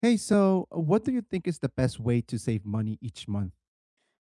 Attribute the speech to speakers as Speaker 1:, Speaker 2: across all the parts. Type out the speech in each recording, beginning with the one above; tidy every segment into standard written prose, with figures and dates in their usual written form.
Speaker 1: Hey, so what do you think is the best way to save money each month?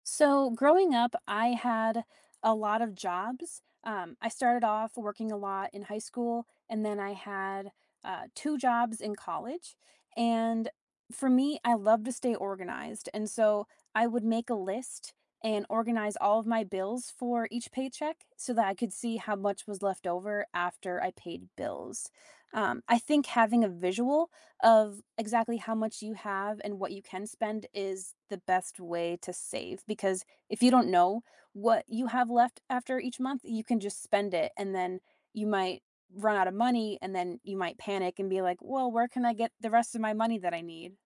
Speaker 2: So, growing up, I had a lot of jobs. I started off working a lot in high school, and then I had two jobs in college. And for me, I love to stay organized. And so I would make a list and organize all of my bills for each paycheck so that I could see how much was left over after I paid bills. I think having a visual of exactly how much you have and what you can spend is the best way to save because if you don't know what you have left after each month, you can just spend it and then you might run out of money and then you might panic and be like, "Well, where can I get the rest of my money that I need?"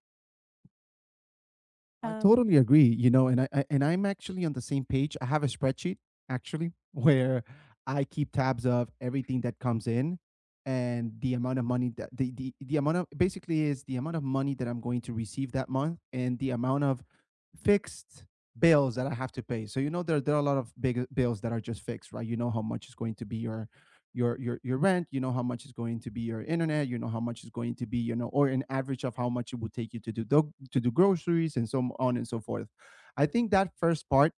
Speaker 1: I
Speaker 2: Um,
Speaker 1: totally agree, and I'm actually on the same page. I have a spreadsheet actually where I keep tabs of everything that comes in and the amount of money that the amount of basically is the amount of money that I'm going to receive that month and the amount of fixed bills that I have to pay. So, there are a lot of big bills that are just fixed, right? You know how much is going to be your rent, you know how much is going to be your internet, you know how much is going to be, or an average of how much it would take you to do groceries and so on and so forth. I think that first part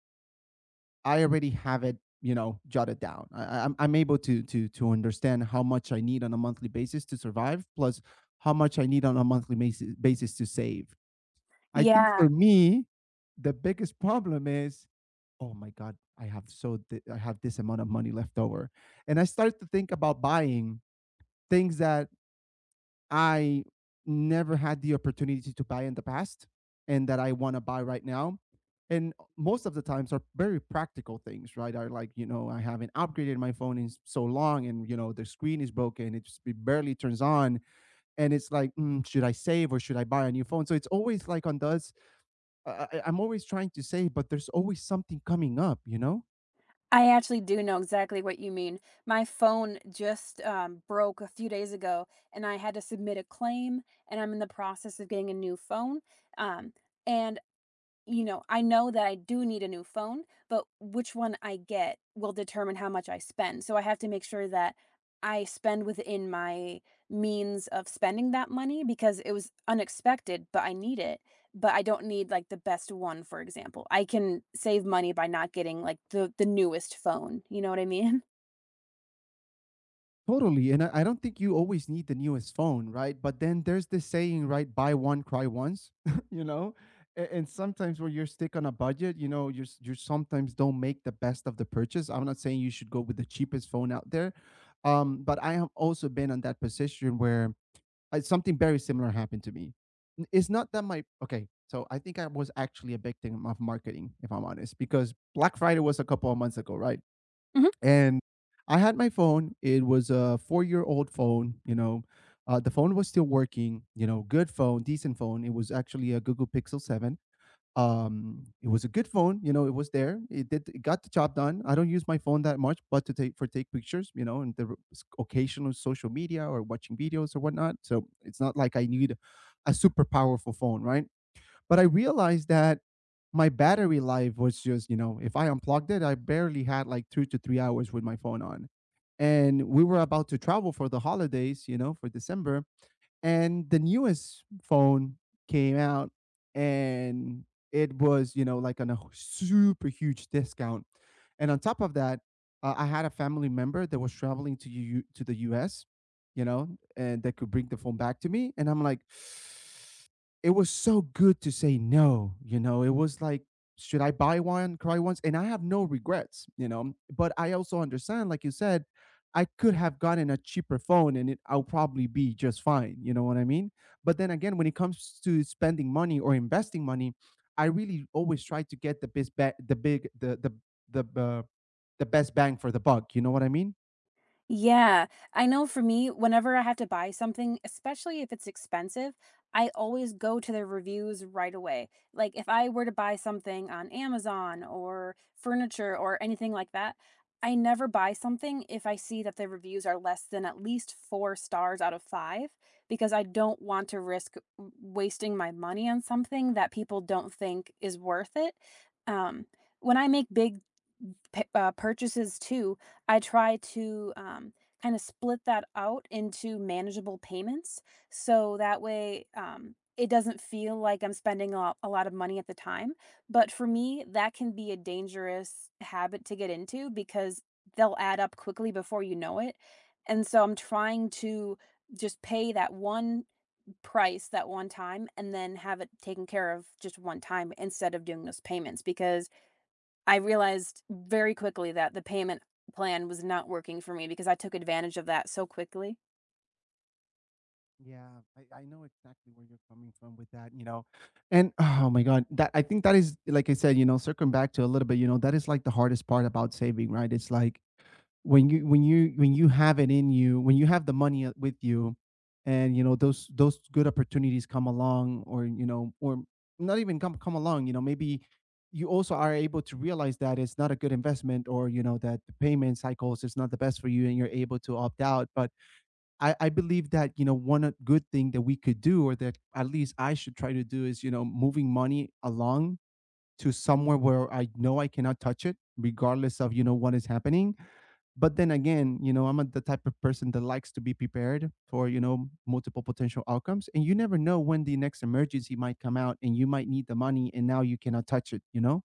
Speaker 1: I already have it, jotted down. I'm able to understand how much I need on a monthly basis to survive, plus how much I need on a monthly basis to save. I think
Speaker 2: yeah.
Speaker 1: for me, the biggest problem is, "Oh my god, I have this amount of money left over." And I start to think about buying things that I never had the opportunity to buy in the past and that I wanna buy right now. And most of the times are very practical things, right? Are like, I haven't upgraded my phone in s so long and, the screen is broken, it barely turns on, and it's like, "Mm, should I save or should I buy a new phone?" So it's always like on those I'm always trying to say, but there's always something coming up, you know?
Speaker 2: I actually do know exactly what you mean. My phone just broke a few days ago and I had to submit a claim and I'm in the process of getting a new phone. Um, and you know, I know that I do need a new phone, but which one I get will determine how much I spend. So I have to make sure that I spend within my means of spending that money because it was unexpected, but I need it. But I don't need like the best one, for example. I can save money by not getting like the newest phone. You know what I mean?
Speaker 1: Totally. And I don't think you always need the newest phone, right? But then there's this saying, right? Buy one, cry once, you know? And sometimes when you're stick on a budget, you sometimes don't make the best of the purchase. I'm not saying you should go with the cheapest phone out there. But I have also been on that position where something very similar happened to me. It's not that my okay, so I think I was actually a victim of marketing, if I'm honest, because Black Friday was a couple of months ago, right? And I had my phone. It was a 4-year-old phone. The phone was still working, good phone, decent phone. It was actually a Google Pixel 7. It was a good phone. It was there. It got the job done. I don't use my phone that much but to take pictures, and the occasional social media or watching videos or whatnot, so it's not like I need a super powerful phone, right? But I realized that my battery life was just, if I unplugged it, I barely had like 2 to 3 hours with my phone on, and we were about to travel for the holidays, for December. And the newest phone came out and it was, like on a super huge discount. And on top of that, I had a family member that was traveling to the US, and that could bring the phone back to me. And I'm like, it was so good to say no, it was like, should I buy one, cry once? And I have no regrets, but I also understand, like you said, I could have gotten a cheaper phone and it I'll probably be just fine, you know what I mean? But then again, when it comes to spending money or investing money, I really always try to get the best ba- the big the the uh, the best bang for the buck, you know what I mean?
Speaker 2: Yeah, I know for me, whenever I have to buy something, especially if it's expensive, I always go to the reviews right away. Like if I were to buy something on Amazon or furniture or anything like that, I never buy something if I see that the reviews are less than at least four stars out of five, because I don't want to risk wasting my money on something that people don't think is worth it. Um, when I make big purchases too, I try to, kind of split that out into manageable payments, so that way, it doesn't feel like I'm spending a lot of money at the time, but for me, that can be a dangerous habit to get into because they'll add up quickly before you know it, and so I'm trying to just pay that one price that one time and then have it taken care of just one time instead of doing those payments because I realized very quickly that the payment plan was not working for me because I took advantage of that so quickly.
Speaker 1: Yeah, I know exactly where you're coming from with that. And oh my god, that I think that is, like I said, circling back to a little bit, that is like the hardest part about saving, right? It's like when you have it in you when you have the money, with you, and those good opportunities come along, or you know or not even come along. Maybe you also are able to realize that it's not a good investment, or that the payment cycles is not the best for you and you're able to opt out. But I believe that one good thing that we could do, or that at least I should try to do, is moving money along to somewhere where I know I cannot touch it, regardless of what is happening. But then again, I'm the type of person that likes to be prepared for multiple potential outcomes, and you never know when the next emergency might come out and you might need the money and now you cannot touch it,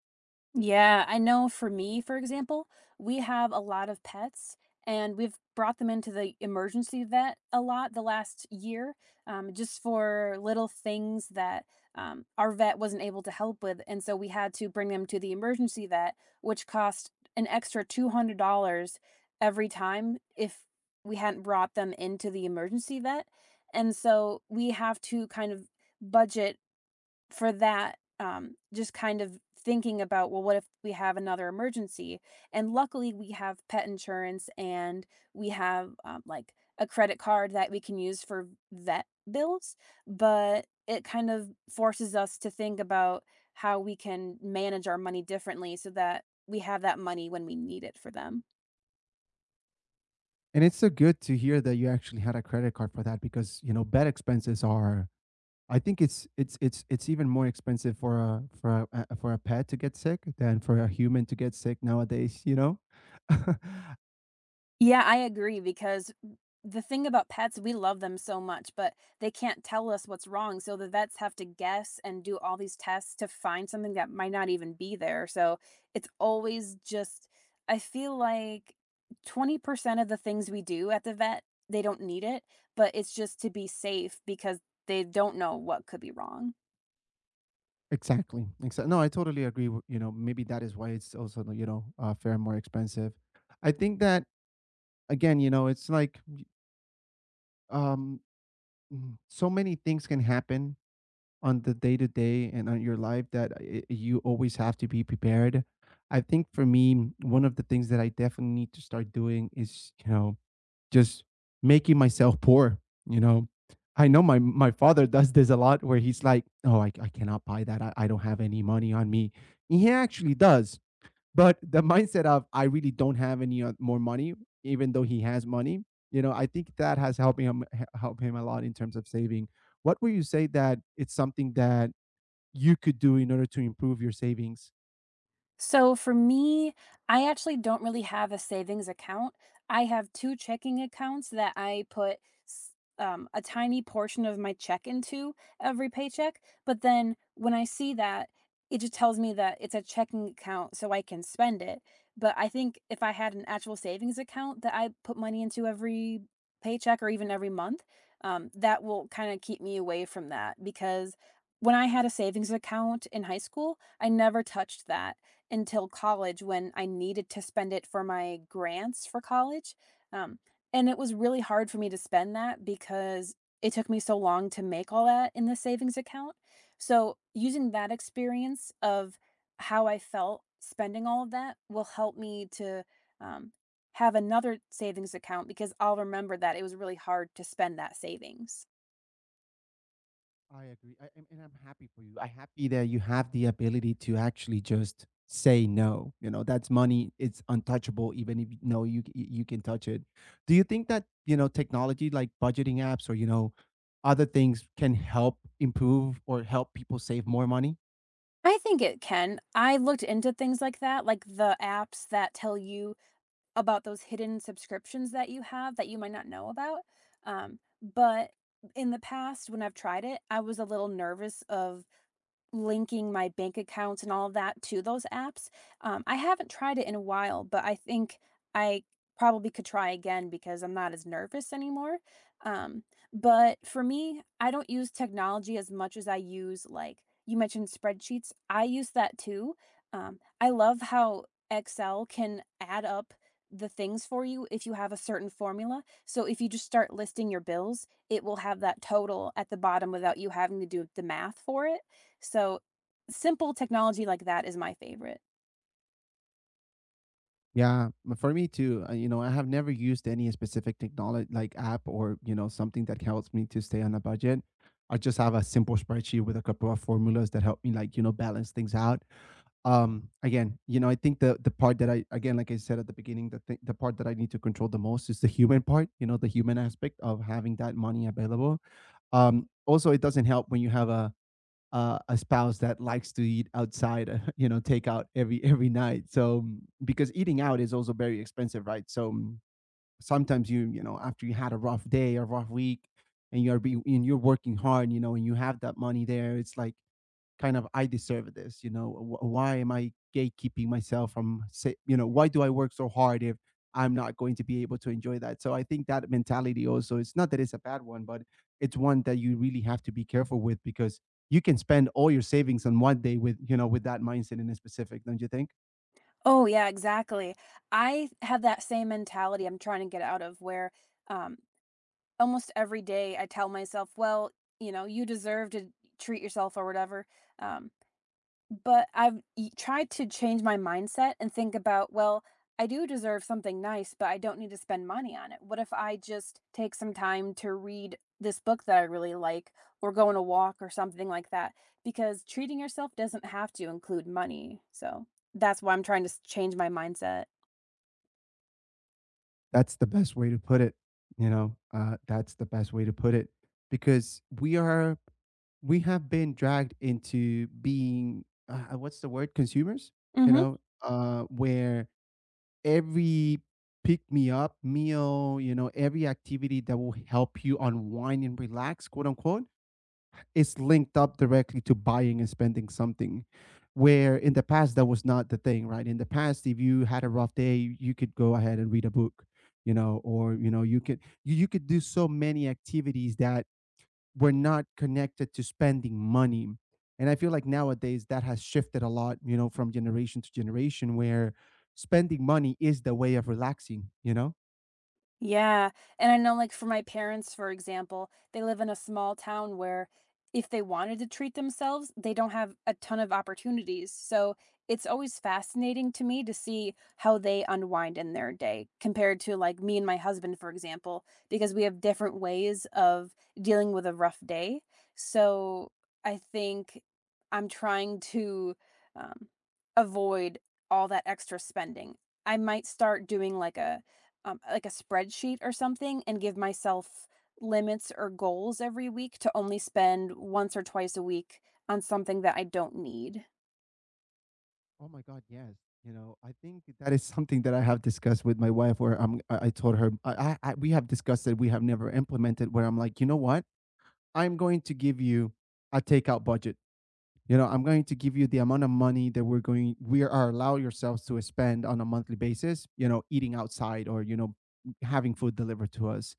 Speaker 2: Yeah, I know for me, for example, we have a lot of pets and we've brought them into the emergency vet a lot the last year, just for little things that our vet wasn't able to help with. And so we had to bring them to the emergency vet, which cost an extra $200 every time if we hadn't brought them into the emergency vet. And so we have to kind of budget for that, just kind of thinking about, well, what if we have another emergency? And luckily, we have pet insurance and we have like a credit card that we can use for vet bills. But it kind of forces us to think about how we can manage our money differently so that we have that money when we need it for them.
Speaker 1: and it's so good to hear that you actually had a credit card for that because bed expenses are, I think it's even more expensive for a pet to get sick than for a human to get sick nowadays.
Speaker 2: Yeah, I agree because the thing about pets, we love them so much, but they can't tell us what's wrong. So the vets have to guess and do all these tests to find something that might not even be there. So it's always just, I feel like 20% of the things we do at the vet, they don't need it, but it's just to be safe because they don't know what could be wrong.
Speaker 1: Exactly. Exactly. No, I totally agree. Maybe that is why it's also, fair and more expensive. I think that, again, it's like, um, so many things can happen on the day to day and on your life, that I you always have to be prepared. I think for me, one of the things that I definitely need to start doing is, just making myself poor, you know. I know my father does this a lot where he's like, "Oh, I cannot buy that. I don't have any money on me." He actually does. But the mindset of I really don't have any more money, even though he has money, I think that has helped help him a lot in terms of saving. What would you say that it's something that you could do in order to improve your savings?
Speaker 2: So for me, I actually don't really have a savings account. I have two checking accounts that I put s- a tiny portion of my check into every paycheck. But then when I see that, it just tells me that it's a checking account so I can spend it. But I think if I had an actual savings account that I put money into every paycheck or even every month, that will kind of keep me away from that because when I had a savings account in high school, I never touched that until college when I needed to spend it for my grants for college, um, and it was really hard for me to spend that because it took me so long to make all that in the savings account. So, using that experience of how I felt spending all of that will help me to, um, have another savings account because I'll remember that it was really hard to spend that savings.
Speaker 1: I agree. I, and I'm happy for you. I'm happy that you have the ability to actually just say no. That's money. It's untouchable, even if you know you can touch it. Do you think that, technology like budgeting apps or, other things can help improve or help people save more money?
Speaker 2: I think it can. I looked into things like that, like the apps that tell you about those hidden subscriptions that you have that you might not know about, but in the past, when I've tried it, I was a little nervous of linking my bank accounts and all of that to those apps. I haven't tried it in a while, but I think I probably could try again because I'm not as nervous anymore. Um, but for me, I don't use technology as much as I use, like you mentioned, spreadsheets. I use that too. I love how Excel can add up the things for you if you have a certain formula. So if you just start listing your bills, it will have that total at the bottom without you having to do the math for it so, simple technology like that is my favorite.
Speaker 1: Yeah, for me too. I have never used any specific technology like app or, something that helps me to stay on a budget. I just have a simple spreadsheet with a couple of formulas that help me, like, balance things out. Again, I think the part that I again, like I said at the beginning, the part that I need to control the most is the human part, the human aspect of having that money available. Also, it doesn't help when you have a spouse that likes to eat outside, take out every night, so, because eating out is also very expensive, right? So, sometimes after you had a rough day or rough week, and you're be and you're working hard, and you have that money there, it's like, kind of, "I deserve this, why am I gatekeeping myself from say, you know, why do I work so hard if I'm not going to be able to enjoy that?" So I think that mentality also, it's not that it's a bad one, but it's one that you really have to be careful with because you can spend all your savings on one day with that mindset in a specific, don't you think?
Speaker 2: Oh, yeah, exactly. I have that same mentality I'm trying to get out of where um, almost every day I tell myself, well, you know, you deserve to treat yourself or whatever. Um, But I've y tried to change my mindset and think about, "Well, I do deserve something nice, but I don't need to spend money on it. What if I just take some time to read this book that I really like or go on a walk or something like that?" Because treating yourself doesn't have to include money, so that's why I'm trying to s change my mindset.
Speaker 1: That's the best way to put it, you know? That's the best way to put it because we have been dragged into being, what's the word? Consumers,
Speaker 2: Mhm.
Speaker 1: where every pick me up meal, every activity that will help you unwind and relax, quote unquote, is linked up directly to buying and spending something, where in the past that was not the thing, right? In the past, if you had a rough day, you could go ahead and read a book, or you could you could do so many activities that were not connected to spending money. And I feel like nowadays that has shifted a lot, from generation to generation, where spending money is the way of relaxing.
Speaker 2: Yeah. And I know, like, for my parents, for example, they live in a small town where if they wanted to treat themselves, they don't have a ton of opportunities. So it's always fascinating to me to see how they unwind in their day compared to, like, me and my husband, for example, because we have different ways of dealing with a rough day. So I think I'm trying to um, avoid all that extra spending. I might start doing like a spreadsheet or something and give myself limits or goals every week to only spend once or twice a week on something that I don't need.
Speaker 1: Oh my God, yes. I think that is something that I have discussed with my wife where I told her, we have discussed it, we have never implemented, where I'm like, you know what? I'm going to give you a takeout budget. I'm going to give you the amount of money that we are allow yourselves to spend on a monthly basis, eating outside or, having food delivered to us.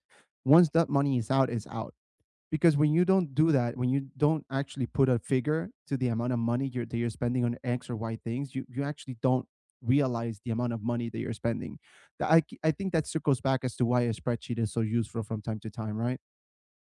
Speaker 1: Once that money is out, it's out, because when you don't do that, when you don't actually put a figure to the amount of money that you're spending on X or Y things, you actually don't realize the amount of money that you're spending. I think that circles back as to why a spreadsheet is so useful from time to time, right?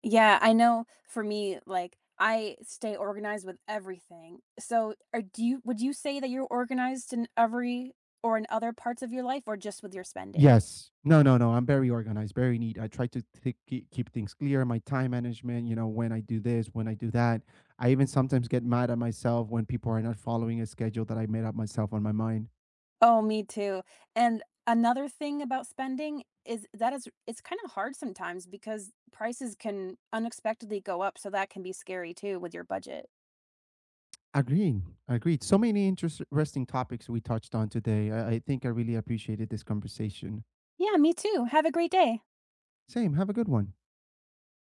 Speaker 2: Yeah, I know for me, like I stay organized with everything. So are do you would you say that you're organized in every or in other parts of your life or just with your spending?
Speaker 1: Yes. No, no, no. I'm very organized, very neat. I try to keep things clear, my time management, when I do this, when I do that. I even sometimes get mad at myself when people are not following a schedule that I made up myself on my mind.
Speaker 2: Oh, me too. And another thing about spending is that is it's kind of hard sometimes because prices can unexpectedly go up, so that can be scary too with your budget.
Speaker 1: Agreed. Agreed. So many interesting topics we touched on today. I think I really appreciated this conversation.
Speaker 2: Yeah, me too. Have a great day.
Speaker 1: Same. Have a good one.